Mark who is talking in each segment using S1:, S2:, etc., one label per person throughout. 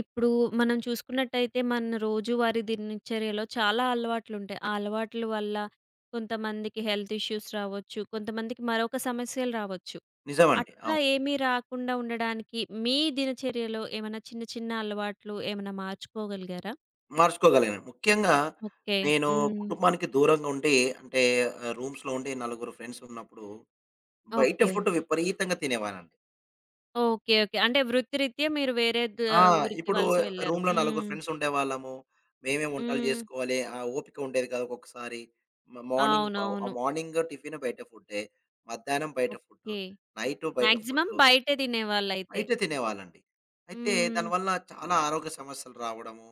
S1: ఇప్పుడు మనం చూసుకున్నట్టయితే మన రోజువారీ దినచర్యలో చాలా అలవాట్లుంటాయి. ఆ అలవాట్ల వల్ల కొంతమందికి హెల్త్ ఇష్యూస్ రావచ్చు. కొంతమందికి మరొక సమస్యలు రావచ్చు.
S2: నిజమండి.
S1: అట్లా
S2: అవును.
S1: ఏమీ రాకుండా ఉండడానికి మీ దినచర్యలో ఏమైనా చిన్న చిన్న అలవాట్లు ఏమైనా మార్చుకోగలిగారా?
S2: మార్చుకోగలిగాను. ముఖ్యంగా
S1: ఓకే.
S2: నేను
S1: హ్మ్.
S2: కుటుంబానికి దూరంగా ఉండి అంటే రూమ్స్‌లో ఉండి నలుగురు ఫ్రెండ్స్ ఉన్నప్పుడు బయట
S1: ఓకే.
S2: ఫుడ్ విపరీతంగా తినేవానండి.
S1: ఓకే. ఓకే. అంటే వృత్తిరీత్యా మీరు వేరే ద
S2: ఆ!
S1: ఊరికి
S2: ఇప్పుడు
S1: వలస వెళ్లారు.
S2: రూమ్‌లో నలుగురు
S1: హ్మ్.
S2: ఫ్రెండ్స్ ఉండేవాళ్ళము. మేమే వంటలు
S1: హ్మ్.
S2: జేసుకోవాలి. ఆ ఓపిక ఉండేది కాదు ఒక్కొక్కసారి.
S1: అవునవును.
S2: మార్నింగ్ టిఫిన్ బయట ఫుడ్డే. మధ్యాహ్నం బయట ఫుడ్డు.
S1: ఓకే.
S2: నైట్ బయట
S1: మాక్సిమం
S2: ఫుడ్డు.
S1: బయటే తినేవాళ్ళైతే.
S2: బయట తినేవాళ్ళండి. అయితే
S1: హ్మ్.
S2: దానివల్ల చాలా ఆరోగ్య సమస్యలు రావడము,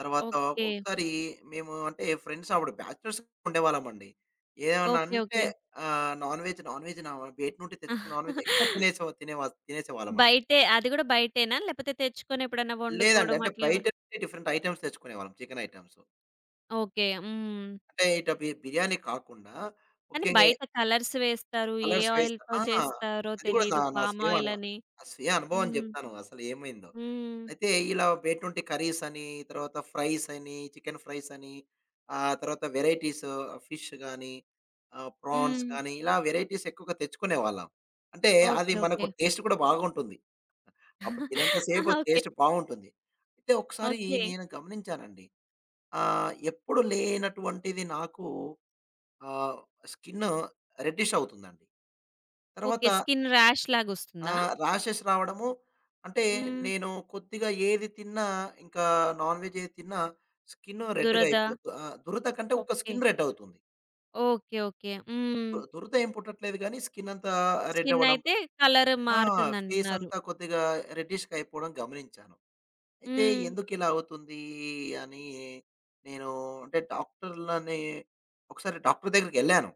S2: తర్వాత
S1: ఓకే.
S2: ఒకసారి మేము అంటే ఫ్రెండ్స్ అప్పుడు బ్యాచిలర్స్ ఉండేవాళ్ళమండి. ఏమన్నా
S1: ఓకే.
S2: అంటే
S1: ఓకే.
S2: నాన్ వెజ్ బయట నుండి తెచ్చుకున్న నాన్ వెజ్ ఎక్కువ తినేసేవాళ్ళమండి.
S1: బయటే అది గూడా బయటేనా? లేపోతే తెచ్చుకొని ఎప్పుడన్నా
S2: లేదండి.
S1: వండుకోవడం
S2: అంటే
S1: అట్లేమ
S2: బయట నుండి డిఫరెంట్ ఐటెమ్స్ తెచ్చుకునేవాళ్ళం. Chicken items.
S1: ఓకే. హ్మ్.
S2: అంటే ఇటు బిర్యానీ కాకుండా
S1: కానీ
S2: ముఖ్యంగా
S1: బయట కలర్స్ వేస్తారు. ఏ
S2: కలర్స్ వేస్తా
S1: ఆయిల్‌తో
S2: ఆ!
S1: చేస్తారో
S2: అది కూడా నా
S1: తెలీదు.
S2: నా
S1: పామ్
S2: స్వీయ
S1: ఆయిల్
S2: అనుభవం.
S1: అని.
S2: నా స్వీయ అనుభవం
S1: హ్మ్.
S2: చెప్తాను అసలు ఏమైందో.
S1: హ్మ్.
S2: అయితే ఇలా బయట నుండి కర్రీస్ అని, తర్వాత ఫ్రైస్ అని, చికెన్ ఫ్రైస్ అని, ఆ తర్వాత వెరైటీస్ ఫిష్ గానీ, ప్రాన్స్
S1: హ్మ్.
S2: కానీ ఇలా వెరైటీస్ ఎక్కువగా తెచ్చుకునేవాళ్ళం. అంటే అది
S1: ఓకే.
S2: మనకు
S1: ఓకే.
S2: టేస్ట్ కూడా బాగుంటుంది. అప్పుడు తినంత సేపు
S1: ఓకే.
S2: టేస్ట్ బావుంటుంది. అయితే ఒకసారి
S1: ఓకే.
S2: నేను గమనించానండి. ఎప్పుడు లేనటువంటిది నాకు ఆహ్, స్కిన్ రెడ్డిష్ అవుతుందండి. తర్వాత
S1: ఓకే. స్కిన్ ర్యాష్
S2: ఆ!
S1: లాగొస్తుందా?
S2: ర్యాషెస్ రావడము అంటే
S1: హ్మ్.
S2: నేను కొద్దిగా ఏది తిన్నా ఇంకా నాన్ వెజ్ ఏది తిన్నా స్కిన్ రెడ్‌గా
S1: దురద.
S2: అయిపోద్ది. ఆ! దురద కంటే ఒక
S1: ఓకే.
S2: స్కిన్ రెడ్ అవుతుంది.
S1: ఓకే. ఓకే. హ్మ్.
S2: దురద ఏం పుట్టట్లేదు గానీ స్కిన్ అంతా రెడ్
S1: స్కిన్
S2: అవ్వడం.
S1: అయితే కలర్
S2: ఆ! ఫేస్
S1: మారుతుందంటున్నారు.
S2: అంతా కొద్దిగా రెడ్డిష్‌గా అయిపోవడం గమనించాను. అయితే
S1: హ్మ్.
S2: ఎందుకిలా అవుతుంది అని నేను అంటే డాక్టర్‌లని ఒకసారి డాక్టర్ దగ్గరికెళ్ళాను.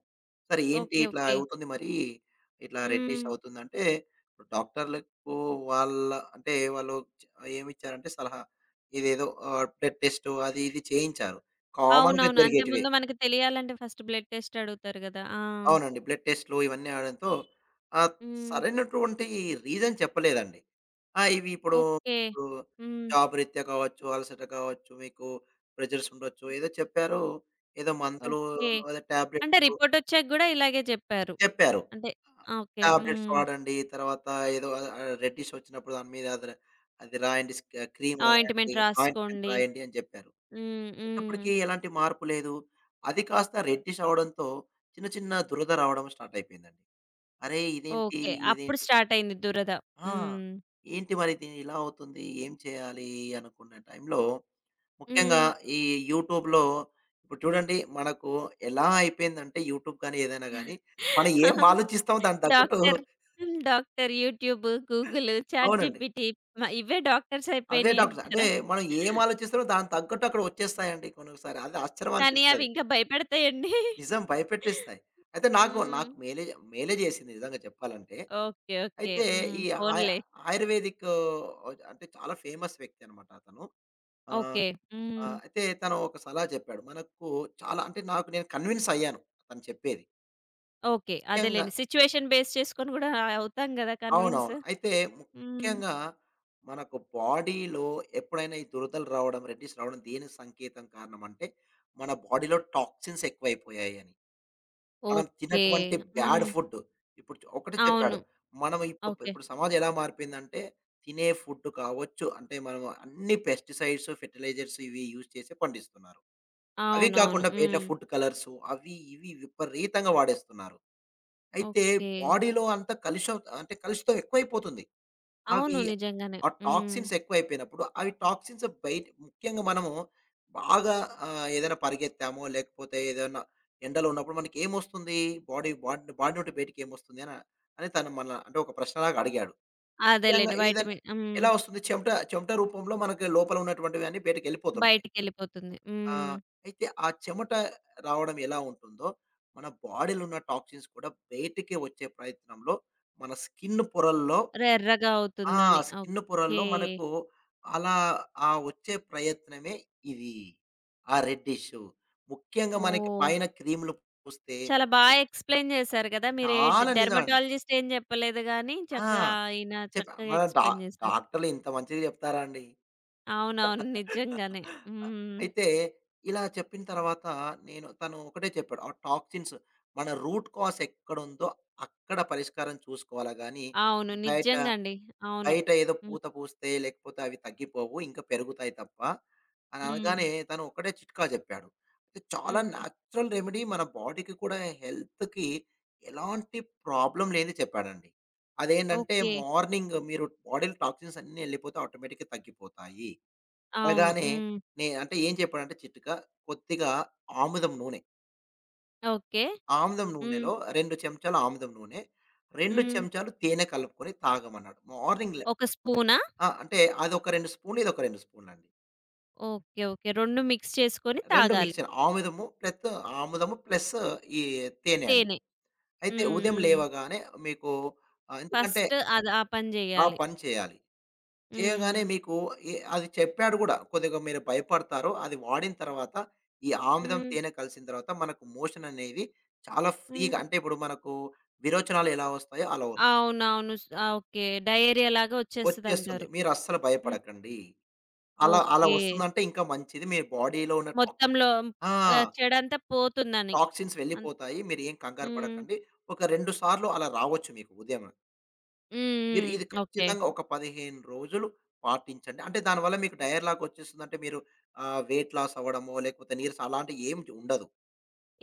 S2: "సార్ ఏంటి
S1: ఓకే.
S2: ఇట్లా
S1: ఓకే.
S2: అవుతుంది మరి? ఇట్లా రెడ్డిష్
S1: హ్మ్.
S2: అవుతుందంటే" డాక్టర్లకు వాళ్ళ అంటే వాళ్ళు చ ఏమిచ్చారంటే సలహా. ఇదేదో బ్లడ్ టెస్ట్ అది ఇది చేయించారు. కామన్‌గా
S1: అవునవును. అంటే
S2: జరిగేటివే.
S1: ముందు మనకు తెలియాలంటే ఫస్ట్ బ్లడ్ టెస్ట్ అడుగుతారు గదా! ఆ!
S2: అవునండి. బ్లడ్ టెస్ట్‌లు ఇవన్నీ అడడంతో ఆహ్,
S1: హ్మ్.
S2: సరైనటువంటి రీజన్ చెప్పలేదండి. ఆ! ఇవి ఇప్పుడు
S1: ఓకే.
S2: ఇప్పుడు
S1: హ్మ్.
S2: జాబ్ రీత్యా కావచ్చు, అలసట కావచ్చు, మీకు ప్రెషర్స్ ఉండొచ్చు. ఏదో చెప్పారు. ఏదో మందులు,
S1: ఓకే.
S2: ఏదో
S1: అంటే
S2: టాబ్లెట్స్
S1: రిపోర్టొచ్చాక గూడా ఇలాగే జెప్పారు.
S2: చెప్పారు.
S1: అంటే ఆ! ఓకే.
S2: టాబ్లెట్స్
S1: హ్మ్.
S2: వాడండి. తర్వాత ఏదో రెడ్డిష్ వచ్చినప్పుడు దాని మీద అది రాయండి. క్రీమ్ రాయండి.
S1: ఆయింట్‌మెంట్
S2: ఆయింట్‌మెంట్
S1: రాసుకోండి.
S2: రాయండి అని చెప్పారు.
S1: హ్మ్. హ్మ్.
S2: అయినప్పటికీ ఎలాంటి మార్పు లేదు. అది కాస్త రెడ్డిష్ అవ్వడంతో చిన్న చిన్న దురద రావడం స్టార్ట్ అయిపోయిందండి. అరే! ఇదేంటి?
S1: ఓకే. అప్పుడు
S2: ఇదేంటి?
S1: స్టార్ట్ అయింది దురద.
S2: ఆ!
S1: హ్మ్.
S2: ఏంటి మరిది ఇలా అవుతుంది? ఏం చేయాలి? అనుకున్న టైంలో ముఖ్యంగా
S1: హ్మ్.
S2: ఈ యూట్యూబ్‌లో ఇప్పుడు చూడండి మనకు ఎలా అయిపోయిందంటే యూట్యూబ్ కానీ, ఏదైనా గానీ మనం ఏం ఆలోచిస్తామో దానికి తగ్గట్టు
S1: డాక్టర్ హ్మ్. డాక్టర్ యూట్యూబ్, గూగుల్, చాట్
S2: అవునండి.
S1: జీపీటీ మ ఇవే డాక్టర్స్
S2: అదే
S1: అయిపోయినాయి
S2: డాక్టర్ అంటే
S1: అంటారా?
S2: మనం ఏం ఆలోచిస్తామో దానికి తగ్గట్టు అక్కడ వచ్చేస్తాయండి కొన్నిసారి. అది ఆశ్చర్యం
S1: కానీ అవి
S2: అనిపిస్తది.
S1: ఇంకా భయపెడతాయండి.
S2: నిజం భయపెట్టేస్తాయి. అయితే నాకు
S1: హ్మ్.
S2: నాకు మేలే మేలే చేసింది నిజంగా చెప్పాలంటే.
S1: ఓకే. ఓకే.
S2: అయితే
S1: హ్మ్.
S2: ఈ ఆయ
S1: పోనీలే.
S2: ఆయుర్వేదిక్ ఆ, అంటే చాలా ఫేమస్ వ్యక్తి అనమాట అతను. ఆహ్,
S1: ఓకే. హ్మ్.
S2: ఆహ్, అయితే తను ఒక సలహా చెప్పాడు. మనకు చాలా అంటే నాకు నేను కన్విన్స్ అయ్యాను తను చెప్పేది.
S1: ఓకే.
S2: ముఖ్యంగా
S1: అదేలెండి. సిట్యుయేషన్ బేస్ చేసుకొని గూడా అవుతాం గదా! కన్విన్స్.
S2: అవునవును. అయితే
S1: హ్మ్.
S2: ముఖ్యంగా మనకు బాడీలో ఎప్పుడైనా ఈ దురదలు రావడం, రెడ్డిష్ రావడం దేనికి సంకేతం కారణం అంటే మన బాడీలో టాక్సిన్స్ ఎక్కువైపోయాయని. మనం
S1: ఓకే.
S2: తిన్నటువంటి బ్యాడ్
S1: హ్మ్.
S2: ఫుడ్. ఇప్పుడు ఒకటే
S1: అవును.
S2: చెప్పాడు. మనం ఇప్పుడు
S1: ఓకే.
S2: ఇప్పుడు సమాజం ఎలా మారిపోయిందంటే, తినే ఫుడ్ కావచ్చు, అంటే మనం అన్ని పెస్టిసైడ్స్, ఫెర్టిలైజర్స్ ఇవి యూజ్ చేసి పండిస్తున్నారు. అవి
S1: అవునవును.
S2: కాకుండా బయట
S1: హ్మ్.
S2: ఫుడ్ కలర్స్ అవి ఇవి విపరీతంగా వాడేస్తున్నారు. అయితే
S1: ఓకే.
S2: బాడీలో అంతా కలుషం అంటే కలుషితం ఎక్కువైపోతుంది. అవి
S1: అవును. నిజంగానే.
S2: ఆ
S1: హ్మ్.
S2: టాక్సిన్స్ ఎక్కువైపోయినప్పుడు, అవి టాక్సిన్స్ బయట ముఖ్యంగా మనము బాగా ఏదైనా పరిగెత్తామో, లేకపోతే ఏదైనా ఎండలో ఉన్నప్పుడు మనకేమొస్తుంది? బాడీ నుండి బయటికేమొస్తుంది అని అని తను మన అంటే ఒక ప్రశ్నలాగా అడిగాడు. ముఖ్యంగా
S1: అదేలెండి.
S2: ఏదైనా
S1: వైటమిన్ హ్మ్.
S2: ఎలా వస్తుంది? చెమట చెమట రూపంలో మనకి లోపల ఉన్నటువంటివన్నీ బయటకెళ్ళిపోతుంటాయి.
S1: బయటికెళ్ళిపోతుంది.
S2: ఆ!
S1: హ్మ్.
S2: అయితే ఆ చెమట రావడం ఎలా ఉంటుందో, మన బాడీలో ఉన్న టాక్సిన్స్ కూడా బయటికి వచ్చే ప్రయత్నంలో మన స్కిన్ పొరల్లో
S1: రెర్రగా
S2: ఆ!
S1: అవుతుందని.
S2: స్కిన్ పొరల్లో
S1: ఓకే.
S2: మనకు అలా ఆ వచ్చే ప్రయత్నమే ఇది. ఆ రెడ్డిషు. ముఖ్యంగా మనకి
S1: ఓహ్!
S2: పైన క్రీములు పూస్తే
S1: చాలా బా ఎక్స్‌ప్లెయిన్ జేశారు గదా! మీరే
S2: చాలా నిజం అండి.
S1: డెర్మటాలజిస్ట్ ఏం జెప్పలేదు గానీ,
S2: ఆ!
S1: చక్కగా ఆయన చక్కగా
S2: మన
S1: ఎక్స్‌ప్లెయిన్ జేశారు.
S2: డాక్టర్లు ఇంత మంచిగా చెప్తారా అండి.
S1: అవునవును. నిజంగానే. హ్మ్.
S2: అయితే ఇలా చెప్పిన తర్వాత నేను తను ఒకటే చెప్పాడు. ఆ టాక్సిన్స్ మన రూట్ కాజ్ ఎక్కడుందో అక్కడ పరిష్కారం చూసుకోవాలా గానీ
S1: అవును.
S2: బయట
S1: నిజంగా అండి. అవును.
S2: బయట ఏదో
S1: హ్మ్.
S2: పూత పూస్తే, లేకపోతే అవి తగ్గిపోవు. ఇంకా పెరుగుతాయి తప్ప అని
S1: హ్మ్.
S2: అనగానే తను ఒక్కడే చిట్కా చెప్పాడు. అయితే చాలా
S1: హ్మ్.
S2: న్యాచురల్ రెమెడీ మన బాడీకి కూడా హెల్త్‌కి ఎలాంటి ప్రాబ్లమ్ లేనిది చెప్పాడండి. అదేంటంటే
S1: ఓకే.
S2: మార్నింగ్ మీరు బాడీలో టాక్సిన్స్ అన్నీ ఎళ్ళిపోతే ఆటోమేటిక్‌గా తగ్గిపోతాయి.
S1: అవును.
S2: అనగానే
S1: హ్మ్.
S2: అంటే ఏం చెప్పాడంటే చిట్కా కొద్దిగా ఆముదం నూనె,
S1: ఓకే.
S2: ఆముదం
S1: హ్మ్.
S2: నూనెలో 2 చెంచాల ఆముదం నూనె, 2
S1: హ్మ్.
S2: చెంచాలు తేనె కలుపుకొని తాగమన్నాడు. మార్నింగ్
S1: ఒక స్పూనా?
S2: ఆ! అంటే అదొక 2 స్పూన్‌లు, ఇదొక 2 స్పూన్‌లండి.
S1: ఓకే. ఓకే. 2 మిక్స్ చేసుకొని
S2: 2
S1: తాగాలి.
S2: మిక్సర్ ఆముదము ప్లస్ ఆముదము ప్లస్ ఈ తేనె అండి.
S1: తేనె. హ్మ్.
S2: అయితే ఉదయం
S1: హ్మ్.
S2: లేవగానే మీకు ఎందుకంటే
S1: ఫస్ట్ అది ఆ పని
S2: ఆ
S1: జేయాలి.
S2: పని చేయాలి. చేయగానే
S1: హ్మ్.
S2: మీకు అది చెప్పాడు గూడా కొద్దిగా మీరు భయపడతారు. అది వాడిన తర్వాత ఈ ఆముదం,
S1: హ్మ్.
S2: తేనె కలిసిన తర్వాత మనకు మోషన్ అనేది చాలా
S1: హ్మ్.
S2: ఫ్రీగా అంటే ఇప్పుడు మనకు విరోచనాలు ఎలా వస్తాయో అలా వస్తుంది.
S1: అవునవును. స్ ఆ! ఓకే. డయేరియా లాగా
S2: వచ్చేస్తుంది.
S1: ఒచ్చేస్తదంటారు.
S2: మీరు అస్సలు
S1: హ్మ్.
S2: భయపడకండి. అలా అలా
S1: ఓకే.
S2: వస్తుందంటే ఇంకా మంచిది. మీ బాడీలో ఉన్న టాక్
S1: మొత్తంలో
S2: ఆ!
S1: ఆహ్, చెడంతా పోతుందని.
S2: టాక్సిన్స్
S1: అన్
S2: వెళ్ళిపోతాయి. మీరేం కంగారు
S1: హ్మ్.
S2: పడకండి. ఒక 2 సార్లు అలా రావచ్చు మీకు ఉదయం. మీరు
S1: హ్మ్.
S2: ఇది
S1: హ్మ్. ఓకే.
S2: ఖచ్చితంగా ఒక 15 రోజులు పాటించండి. అంటే దానివల్ల మీకు డైలాగ్ వచ్చేస్తుందంటే మీరు వెయిట్ లాస్ అవ్వడమో, లేకపోతే నీరసం అలాంటివి ఏం ఉండదు.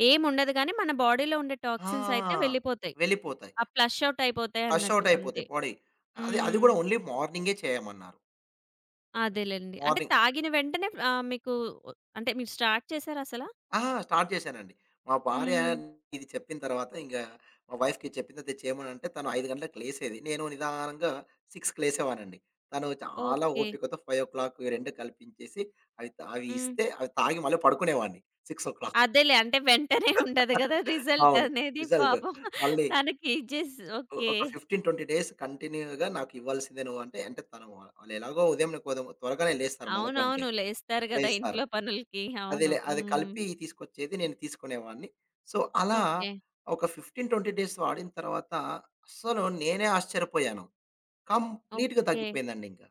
S1: ఏముండదు గానీ మన బాడీలో ఉండే టాక్సిన్స్ అయితే
S2: ఆ!
S1: వెళ్ళిపోతాయి.
S2: వెళ్ళిపోతాయి.
S1: ఆ ఫ్లష్ ఔట్
S2: ఫ్లష్
S1: అయిపోతాయన్నట్టు
S2: ఔట్
S1: అంతే.
S2: అయిపోతాయి బాడీ. అది అది
S1: హ్మ్.
S2: కూడా ఓన్లీ మార్నింగే చేయమన్నారు.
S1: అదేలెండి. అంటే
S2: మార్నింగ్
S1: తాగిన వెంటనే ఆహ్, మీకు అంటే మీరు స్టార్ట్ చేసారా అసలా?
S2: ఆ! స్టార్ట్ చేశానండి. మా భార్య
S1: హ్మ్.
S2: ఇది చెప్పిన తర్వాత మా వైఫ్‌కి చెప్పిన తర్వాత చేయమనంటే తను 5 గంటలకు లేసేది. నేను నిదానంగా 6కి లేసేవాడినండి. తను చాలా
S1: ఓకే.
S2: ఓపికతో 5:00 ఈ 2 కల్పించేసి అవి
S1: హ్మ్.
S2: ఇస్తే అవి తాగి మళ్ళీ పడుకునేవాడిని 6:00
S1: అదేలే. అంటే వెంటనే ఉండదు గదా! రిజల్ట్
S2: అవును.
S1: అనేది
S2: రిజల్ట్.
S1: పాపం
S2: మళ్ళీ
S1: తనకి ఇచ్చేసి ఓకే.
S2: ఒక 15, 20 డేస్ కంటిన్యూ‌గా నాకు ఇవ్వాల్సిందే నువ్వు అంటే, అంటే తను వాళ్ళు ఎలాగో ఉదయం త్వరగానే లేస్తారు మనకంటే.
S1: అవునవును. లేస్తారు గదా!
S2: లేస్తారు.
S1: ఇంట్లో పనులకి. అవును.
S2: అదేలే. అది
S1: హ్మ్.
S2: కలిపి తీసుకొచ్చేది. నేను తీసుకునేవాడిని. సో, అలా
S1: ఓకే.
S2: ఒక 15, 20 డేస్ వాడిన తర్వాత అస్సలు నేనే ఆశ్చర్యపోయాను. కంప్లీట్‌గా
S1: ఓకే.
S2: తగ్గిపోయిందండి ఇంక.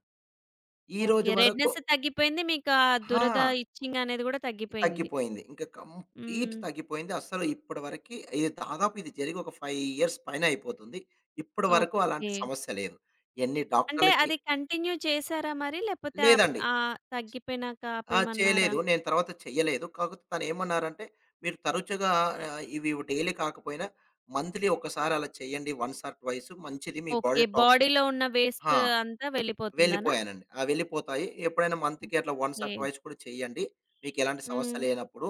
S2: ఈ రోజు
S1: ఓకే.
S2: వరకు
S1: రెడ్‌నెస్ తగ్గిపోయింది. మీకా దురద,
S2: ఆ!
S1: ఇచ్చింగ్ అనేది గూడా తగ్గిపోయింది.
S2: తగ్గిపోయింది. ఇంక కంప్లీట్
S1: హ్మ్.
S2: తగ్గిపోయింది. అస్సలు ఇప్పటి వరకి ఇది దాదాపు ఇది జరిగి ఒక 5 ఇయర్స్ పైన అయిపోతుంది. ఇప్పటి వరకు అలాంటి
S1: ఓకే.
S2: సమస్య లేదు. ఎన్ని
S1: అంటే
S2: డాక్టర్‌లకి
S1: అది కంటిన్యూ చేసారా మరి? లేపోతే
S2: లేదండి.
S1: తగ్గిపోయినాక
S2: ఆ!
S1: ఆపేయమన్నారా?
S2: చేయలేదు. నేను తర్వాత చెయ్యలేదు. కాకపోతే తనేమన్నారంటే, "మీరు తరచుగా ఇవి డైలీ కాకపోయినా మంత్లీ ఒక్కసారి అలా చేయండి. వన్స్ ఆర్ ట్వైస్ మంచిది మీ
S1: ఓకే.
S2: Body toxin."
S1: బాడీలో ఉన్న వేస్ట్
S2: ఆ!
S1: అంతా వెళ్ళిపోతుందనా?
S2: వెళ్ళిపోయానండి. ఆ! వెళ్ళిపోతాయి. ఎప్పుడైనా మంత్‌కి అట్లా వన్స్
S1: ఓకే.
S2: ఆర్ ట్వైస్ కూడా చేయండి. మీకెలాంటి సమస్య
S1: హ్మ్.
S2: లేనప్పుడు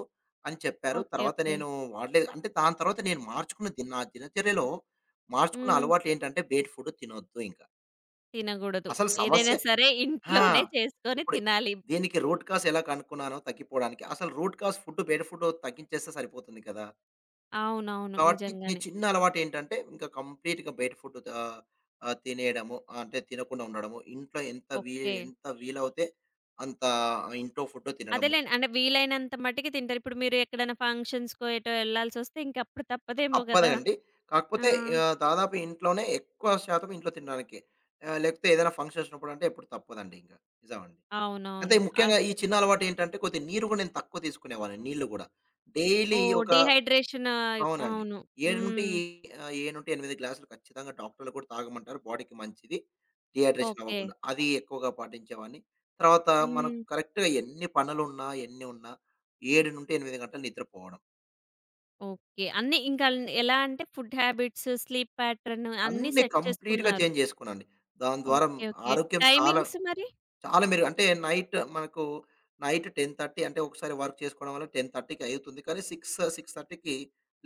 S2: అని చెప్పారు.
S1: ఓకే.
S2: తర్వాత
S1: ఓకే.
S2: నేను వాడలేదు. అంటే దాని తర్వాత నేను మార్చుకున్న ది నా దినచర్యలో మార్చుకున్న
S1: హ్మ్.
S2: అలవాట్లేంటంటే బయట ఫుడ్ తినొద్దు ఇంకా.
S1: తినగూడదు.
S2: అసలు సమస్య
S1: ఏదైనా సరే
S2: ఆ!
S1: ఇంట్లోనే చేసుకొని
S2: ఇప్పుడు
S1: తినాలి.
S2: దీనికి రూట్ కాస్ ఎలా కనుక్కున్నానో తగ్గిపోవడానికి, అసలు రూట్ కాస్ ఫుడ్ బయట ఫుడ్ తగ్గించేస్తే సరిపోతుంది కదా!
S1: అవునవును.
S2: కాబట్టి నీ
S1: నిజంగానే.
S2: చిన్న అలవాటు ఏంటంటే, ఇంకా కంప్లీట్‌గా బయట ఫుడ్ ఆహ్, ఆహ్, తినేయడము, అంటే తినకుండా ఉండడము. ఇంట్లో
S1: ఓకే.
S2: ఎంత వీలవుతే అంత ఇంట్లో ఫుడ్ తినడము.
S1: అదేలేండి. అంటే వీలైనంత మట్టికి తింటారు. ఇప్పుడు మీరు ఎక్కడైనా ఫంక్షన్స్‌కో ఎటో ఎళ్ళాల్సొస్తే ఇంక అప్పుడు తప్పదేమో గదా!
S2: తప్పదండి.
S1: ఆ!
S2: కాకపోతే దాదాపు ఇంట్లోనే ఎక్కువ శాతం ఇంట్లో తినడానికే. లేకపోతే ఏదైనా ఫంక్షన్స్ ఉన్నప్పుడు అంటే ఎప్పుడు తప్పదండి ఇంక. నిజమండి. అయితే
S1: అవునవును.
S2: ముఖ్యంగా
S1: ఆహ్,
S2: ఈ చిన్న అలవాటు ఏంటంటే, కొద్దిగా నీరు గూడా నేను తక్కువ తీసుకునేవాడిని నీళ్ళు గూడా. డైలీ
S1: ఓహ్!
S2: ఒక
S1: డీహైడ్రేషన్ అయి
S2: అవునండి.
S1: అవును. హ్మ్.
S2: 7-8 గ్లాసులు ఖచ్చితంగా డాక్టర్లు కూడా తాగమంటారు. బాడీకి మంచిది. Dehydration
S1: okay.
S2: అవ్వకుండా. అది ఎక్కువగా పాటించేవాడిని. తర్వాత మనకు
S1: హ్మ్.
S2: కరెక్ట్‌గా ఎన్ని పనులున్నా, ఎన్ని ఉన్నా 7-8 గంటలు నిద్రపోవడం.
S1: ఓకే. అన్నీ ఇంకా ఎలా అంటే ఫుడ్ హ్యాబిట్స్, స్లీప్ ప్యాటర్న్ అన్నీ
S2: అన్నీ
S1: సెట్
S2: కంప్లీట్‌గా
S1: చేసుకున్నారు.
S2: చేంజ్ జేసుకున్నానండి. దాని ద్వారా
S1: ఓకే. ఓకే.
S2: ఆరోగ్యం చాలా
S1: టైమింగ్స్ మరి?
S2: చాలా మెరుగు. అంటే నైట్ మనకు నైట్ 10:30 అంటే ఒకసారి వర్క్ చేసుకోవడం వల్ల 10:30కి అయితుంది. కానీ 6, 6:30కి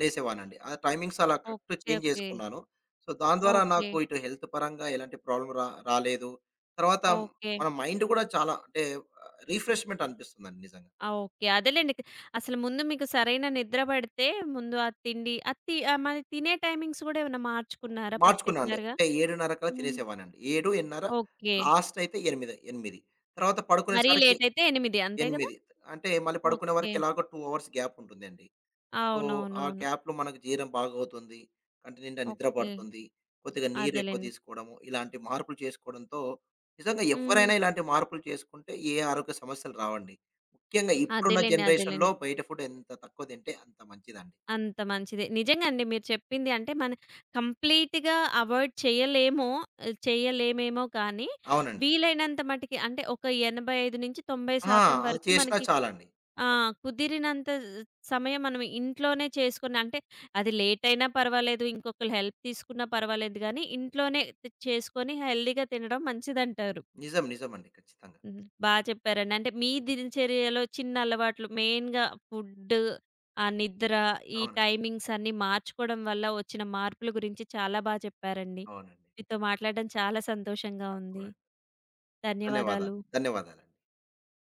S2: లేసేవాడినండి. ఆ టైమింగ్స్ అలా కరెక్ట్
S1: ఓకే.
S2: Change
S1: okay.
S2: చేసుకున్నాను. సో, దాని ద్వారా
S1: ఓకే.
S2: నాకు ఇటు హెల్త్ పరంగా ఎలాంటి ప్రాబ్లమ్ రాలేదు. తర్వాత
S1: ఓకే.
S2: మన మైండ్ కూడా చాలా అంటే రిఫ్రెష్‌మెంట్ అనిపిస్తుందండి నిజంగా.
S1: ఆ! ఓకే. అదేలెండి. అసలు ముందు మీకు సరైన నిద్ర పడితే ముందు ఆ తిండి మరి తినే టైమింగ్స్ గూడా ఏమన్నా మార్చుకున్నారా
S2: మార్చుకున్నా అండి.
S1: పర్టిక్యులర్‌గా?
S2: అంటే 7:30 కల్లా
S1: హ్మ్.
S2: తినేసేవాడినండి. 7,
S1: ఓకే.
S2: 8:30 లాస్ట్ అయితే 8, 8. తర్వాత
S1: మరీ
S2: పడుకునేసరికి
S1: లేట్ అయితే 8 అంతే గదా!
S2: 8 అంటే మళ్ళీ పడుకునే
S1: ఓకే.
S2: వరకు ఎలాగో 2 అవర్స్ గ్యాప్ ఉంటుందండి. సో, ఆ
S1: అవునవునవును.
S2: గ్యాప్‌లో మనకు జీర్ణం బాగవుతుంది. కంటి నిండా నిద్ర
S1: ఓకే.
S2: పడుతుంది. కొద్దిగా నీరెక్కువ
S1: అదేలెండి.
S2: తీసుకోవడము, ఇలాంటి మార్పులు చేసుకోవడంతో నిజంగా
S1: హ్మ్.
S2: ఎవ్వరైనా ఇలాంటి మార్పులు చేసుకుంటే ఏ ఆరోగ్య సమస్యలు రావండి. ముఖ్యంగా ఇప్పుడున్న
S1: అదేలెండి.
S2: జనరేషన్‌లో
S1: అదేలెండి.
S2: బయట ఫుడ్ ఎంత తక్కువ తింటే అంత మంచిదండి.
S1: అంత మంచిదే. నిజంగా అండి మీరు చెప్పింది అంటే మన కంప్లీట్‌గా అవాయిడ్ చేయలేమో చేయలేమేమో కానీ
S2: అవునండి.
S1: వీలైనంత మటికి అంటే ఒక
S2: ఆ!
S1: 85-90%
S2: అది
S1: వరకు
S2: చేసినా
S1: మనకి
S2: చాలండి.
S1: ఆ! కుదిరినంత సమయం మనం ఇంట్లోనే చేసుకుని అంటే అది లేట్ అయినా పర్వాలేదు. ఇంకొకళ్ళ హెల్ప్ తీసుకున్నా పర్వాలేదు గానీ, ఇంట్లోనే చేసుకొని హెల్తీగా తినడం మంచిదంటారు.
S2: నిజం. నిజమండి. ఖచ్చితంగా.
S1: హ్మ్. బా చెప్పారండి. అంటే మీ దినచర్యలో చిన్న అలవాట్లు మెయిన్‌గా ఫుడ్, ఆ నిద్ర, ఈ
S2: అవును.
S1: టైమింగ్స్ అన్నీ మార్చుకోవడం వల్ల వచ్చిన మార్పుల గురించి చాలా బా చెప్పారండి.
S2: అవునండి.
S1: మీతో మాట్లాడడం చాలా సంతోషంగా
S2: నాకు
S1: ఉంది.
S2: కూడా. ధన్యవాదాలు.
S1: ధన్యవాదాలు.
S2: ధన్యవాదాలండి.